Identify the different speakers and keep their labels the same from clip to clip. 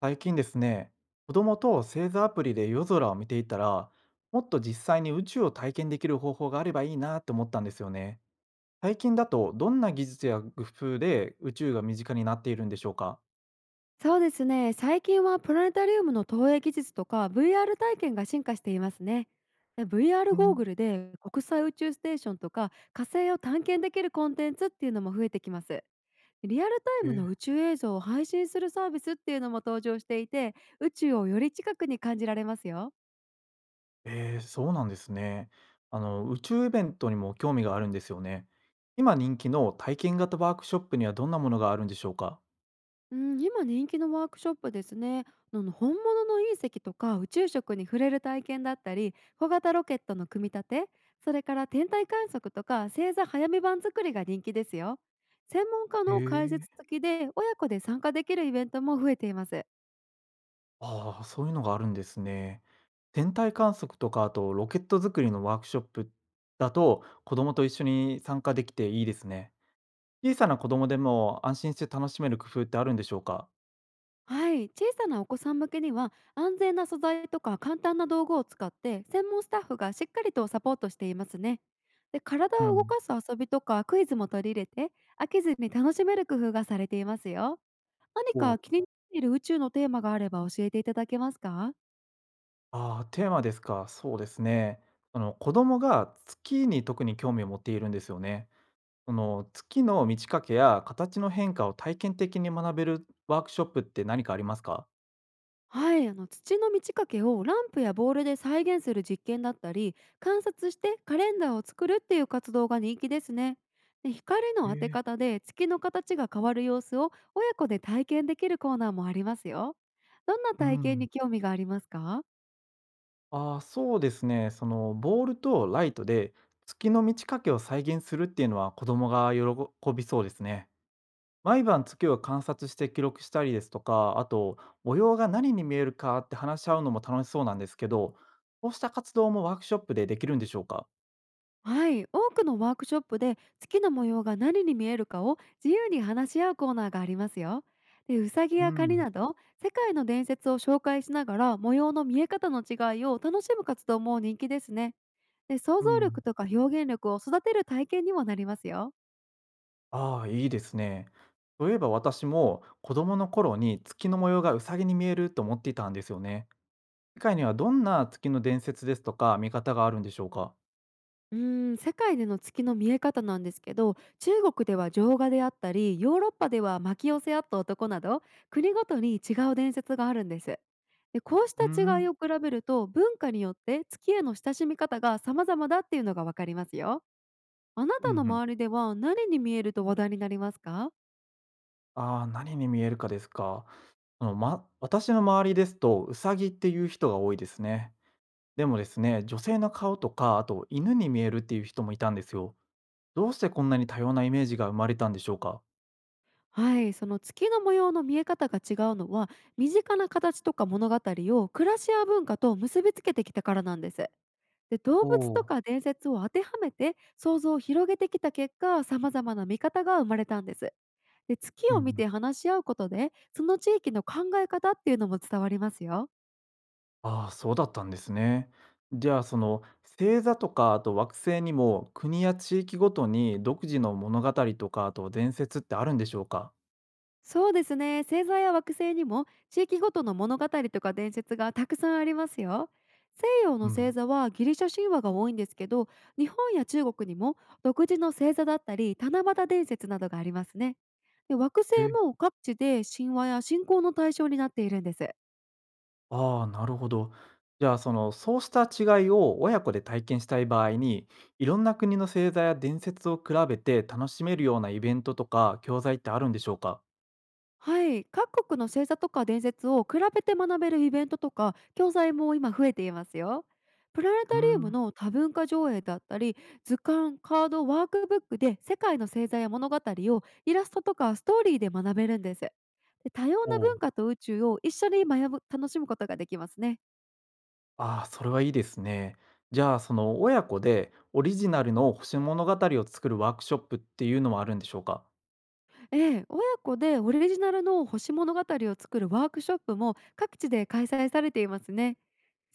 Speaker 1: 最近ですね、子供と星座アプリで夜空を見ていたら、もっと実際に宇宙を体験できる方法があればいいなって思ったんですよね。最近だと、どんな技術や工夫で宇宙が身近になっているんでしょうか？
Speaker 2: そうですね、最近はプラネタリウムの投影技術とか VR 体験が進化していますね。で VR
Speaker 1: う
Speaker 2: ゴー
Speaker 1: ん、
Speaker 2: グルで国際宇宙ステーションとか火星を探検できるコンテンツっていうのも増えてきます。リアルタイ
Speaker 1: え
Speaker 2: ムの
Speaker 1: ー
Speaker 2: 宇宙映像を配信するサービスっていうのも登場していて、宇宙をより近くに感じられますよ。
Speaker 1: えー、そうなんですね。あの、宇宙イベントにも興味があるんですよね。今人気の体験型ワークショップにはどんなものがあるんでしょうか？
Speaker 2: うん、今人気のワークショップですね。本物の隕石とか宇宙食に触れる体験だったり、小型ロケットの組み立て、それから天体観測とか星座早め版作りが人気ですよ。専門家
Speaker 1: へ
Speaker 2: の解
Speaker 1: え、
Speaker 2: 説付きで親子で参加できるイベントも増えています。
Speaker 1: ああ、そういうのがあるんですね。天体観測とか、あとロケット作りのワークショップだと、子供と一緒に参加できていいですね。小さな子供でも安心して楽しめる工夫ってあるんでしょうか？
Speaker 2: はい、小さなお子さん向けには安全な素材とか簡単な道具を使って専門スタッフがしっかりとサポートしていますね。で
Speaker 1: う
Speaker 2: 体を動
Speaker 1: ん。
Speaker 2: かす遊びとかクイズも取り入れて、飽きずに楽しめる工夫がされていますよ。何
Speaker 1: お
Speaker 2: か
Speaker 1: お。
Speaker 2: 気になっている宇宙のテーマがあれば教えていただけますか？
Speaker 1: ああ、テーマですか。そうですね。その子供が月に特に興味を持っているんですよね。その月の満ち欠けや形の変化を体験的に学べるワークショップって何かありますか？
Speaker 2: はい、土の満ち欠けをランプやボールで再現する実験だったり、観察してカレンダーを作るっていう活動が人気ですね。で光
Speaker 1: え
Speaker 2: の当て
Speaker 1: え。
Speaker 2: 方で月の形が変わる様子を親子で体験できるコーナーもありますよ。どんな
Speaker 1: う
Speaker 2: 体験
Speaker 1: ん。
Speaker 2: に興味がありますか？
Speaker 1: ああ、そうですね。そのボールとライトで月の満ち欠けを再現するっていうのは子供が喜びそうですね。毎晩月を観察して記録したりですとか、あと模様が何に見えるかって話し合うのも楽しそうなんですけど、こうした活動もワークショップでできるんでしょうか？
Speaker 2: はい、多くのワークショップで月の模様が何に見えるかを自由に話し合うコーナーがありますよ。でウサギ
Speaker 1: う
Speaker 2: やカニ
Speaker 1: ん、
Speaker 2: など世界の伝説を紹介しながら模様の見え方の違いを楽しむ活動も人気ですね。で想
Speaker 1: う
Speaker 2: 像
Speaker 1: ん。
Speaker 2: 力とか表現力を育てる体験にもなりますよ。
Speaker 1: ああ、いいですね。そういえば私も子供の頃に月の模様がうさぎに見えると思っていたんですよね。世界にはどんな月の伝説ですとか見方があるんでしょうか？
Speaker 2: 世界での月の見え方なんですけど、中国では浄化であったり、ヨーロッパでは巻き寄せ合った男など、国ごとに違う伝説があるんです。でこうした
Speaker 1: う
Speaker 2: 違
Speaker 1: ん
Speaker 2: いを比べると、文化によって月への親しみ方が様々だっていうのがわかりますよ。あな
Speaker 1: うん
Speaker 2: た
Speaker 1: う
Speaker 2: の
Speaker 1: ん。
Speaker 2: 周りでは何に見えると話題になりますか？
Speaker 1: ああ、何に見えるかですか。あの、ま私の周りですと、ウサギっていう人が多いですね。でもですね、女性の顔とか、あと犬に見えるっていう人もいたんですよ。どうしてこんなに多様なイメージが生まれたんでしょうか。
Speaker 2: はい、その月の模様の見え方が違うのは、身近な形とか物語を暮らしや文化と結びつけてきたからなんです。で動
Speaker 1: お
Speaker 2: 物と
Speaker 1: ー、
Speaker 2: か伝説を当てはめて想像を広げてきた結果、様々な見方が生まれたんです。で月
Speaker 1: うんう
Speaker 2: を見
Speaker 1: ん。
Speaker 2: て話し合うことで、その地域の考え方っていうのも伝わりますよ。
Speaker 1: ああ、そうだったんですね。じゃあ、その星座とか、あと惑星にも、国や地域ごとに独自の物語とか、あと伝説ってあるんでしょうか。
Speaker 2: そうですね、星座や惑星にも地域ごとの物語とか伝説がたくさんありますよ。西洋
Speaker 1: う
Speaker 2: の星
Speaker 1: ん。
Speaker 2: 座はギリシャ神話が多いんですけど、日本や中国にも独自の星座だったり七夕伝説などがありますね。で惑星も各地で神話や信仰の対象になっているんです。
Speaker 1: ああ、なるほど。じゃあ、その、そうした違いを親子で体験したい場合に、いろんな国の星座や伝説を比べて楽しめるようなイベントとか教材ってあるんでしょうか？
Speaker 2: はい、各国の星座とか伝説を比べて学べるイベントとか教材も今増えていますよ。プラネ
Speaker 1: うー
Speaker 2: タリウム
Speaker 1: ん、
Speaker 2: の多文化上映だったり、図鑑カードワークブックで世界の星座や物語をイラストとかストーリーで学べるんです。で多様
Speaker 1: お
Speaker 2: な
Speaker 1: お、
Speaker 2: 文化と宇宙を一緒に学ぶ楽しむことができますね。
Speaker 1: ああ、それはいいですね。じゃあ、その親子でオリジナルの星物語を作るワークショップっていうのもあるんでしょうか？
Speaker 2: ええ、親子でオリジナルの星物語を作るワークショップも各地で開催されていますね。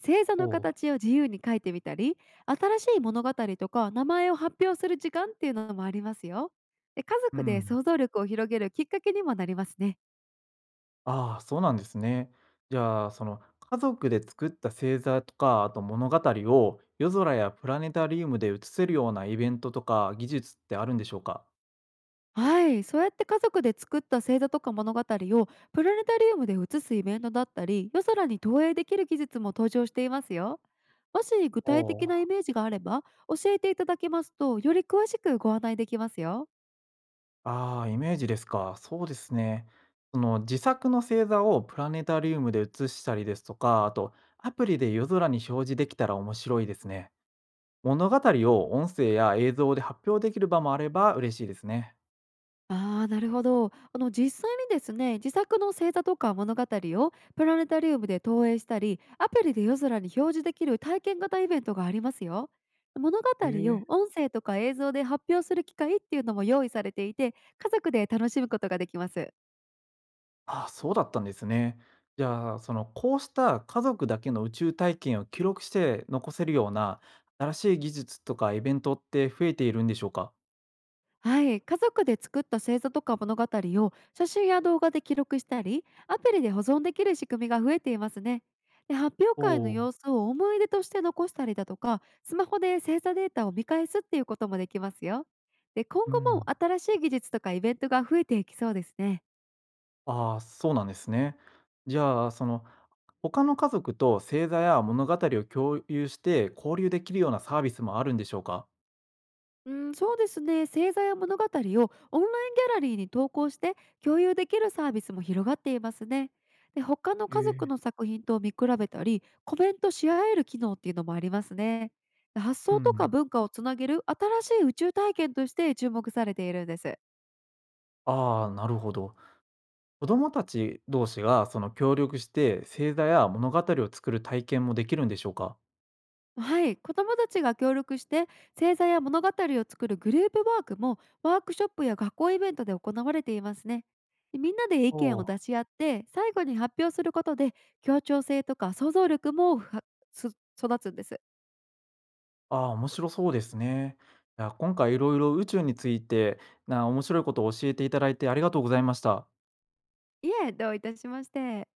Speaker 2: 星座の
Speaker 1: おう、
Speaker 2: 形を自由に書いてみたり、新しい物語とか名前を発表する時間っていうのもありますよ。で家
Speaker 1: う
Speaker 2: 族で
Speaker 1: ん。
Speaker 2: 想像力を広げるきっかけにもなりますね。
Speaker 1: ああ、そうなんですね。じゃあ、その家族で作った星座とか、あと物語を夜空やプラネタリウムで映せるようなイベントとか技術ってあるんでしょうか？
Speaker 2: はい、そうやって家族で作った星座とか物語をプラネタリウムで映すイベントだったり、夜空に投影できる技術も登場していますよ。もし具
Speaker 1: お
Speaker 2: 体的
Speaker 1: お、
Speaker 2: なイメージがあれば、教えていただけますとより詳しくご案内できますよ。
Speaker 1: ああ、イメージですか。そうですね。その自作の星座をプラネタリウムで映したりですとか、あとアプリで夜空に表示できたら面白いですね。物語を音声や映像で発表できる場もあれば嬉しいですね。
Speaker 2: ああ、なるほど。実際にですね、自作の星座とか物語をプラネタリウムで投影したり、アプリで夜空に表示できる体験型イベントがありますよ。物語
Speaker 1: へえ。
Speaker 2: を音声とか映像で発表する機会っていうのも用意されていて、家族で楽しむことができます。
Speaker 1: ああ、そうだったんですね。じゃあ、その、こうした家族だけの宇宙体験を記録して残せるような新しい技術とかイベントって増えているんでしょうか？
Speaker 2: はい、家族で作った星座とか物語を写真や動画で記録したり、アプリで保存できる仕組みが増えていますね。で発表
Speaker 1: お
Speaker 2: 会の
Speaker 1: お、
Speaker 2: 様子を思い出として残したりだとか、スマホで星座データを見返すっていうこともできますよ。で今
Speaker 1: う
Speaker 2: 後も
Speaker 1: ん。
Speaker 2: 新しい技術とかイベントが増えていきそうですね。
Speaker 1: ああ、そうなんですね。じゃあ、その、他の家族と星座や物語を共有して交流できるようなサービスもあるんでしょうか？
Speaker 2: うん、そうですね。星座や物語をオンラインギャラリーに投稿して共有できるサービスも広がっていますね。で、他の
Speaker 1: へ
Speaker 2: 家族
Speaker 1: え、
Speaker 2: の作品と見比べたり、コメントし合える機能っていうのもありますね。で発
Speaker 1: う
Speaker 2: 想とか
Speaker 1: ん。
Speaker 2: 文化をつなげる新しい宇宙体験として注目されているんです。
Speaker 1: ああ、なるほど。子供たち同士がその協力して星座や物語を作る体験もできるんでしょうか？
Speaker 2: はい、子どもたちが協力して星座や物語を作るグループワークもワークショップや学校イベントで行われていますね。でみんなで意見を出し合って最後に発表することで、協調性とか想像力もふはす育つんです。
Speaker 1: ああ、面白そうですね。いや、今回いろいろ宇宙について、面白いことを教えていただいてありがとうございました。
Speaker 2: いえ、どういたしまして。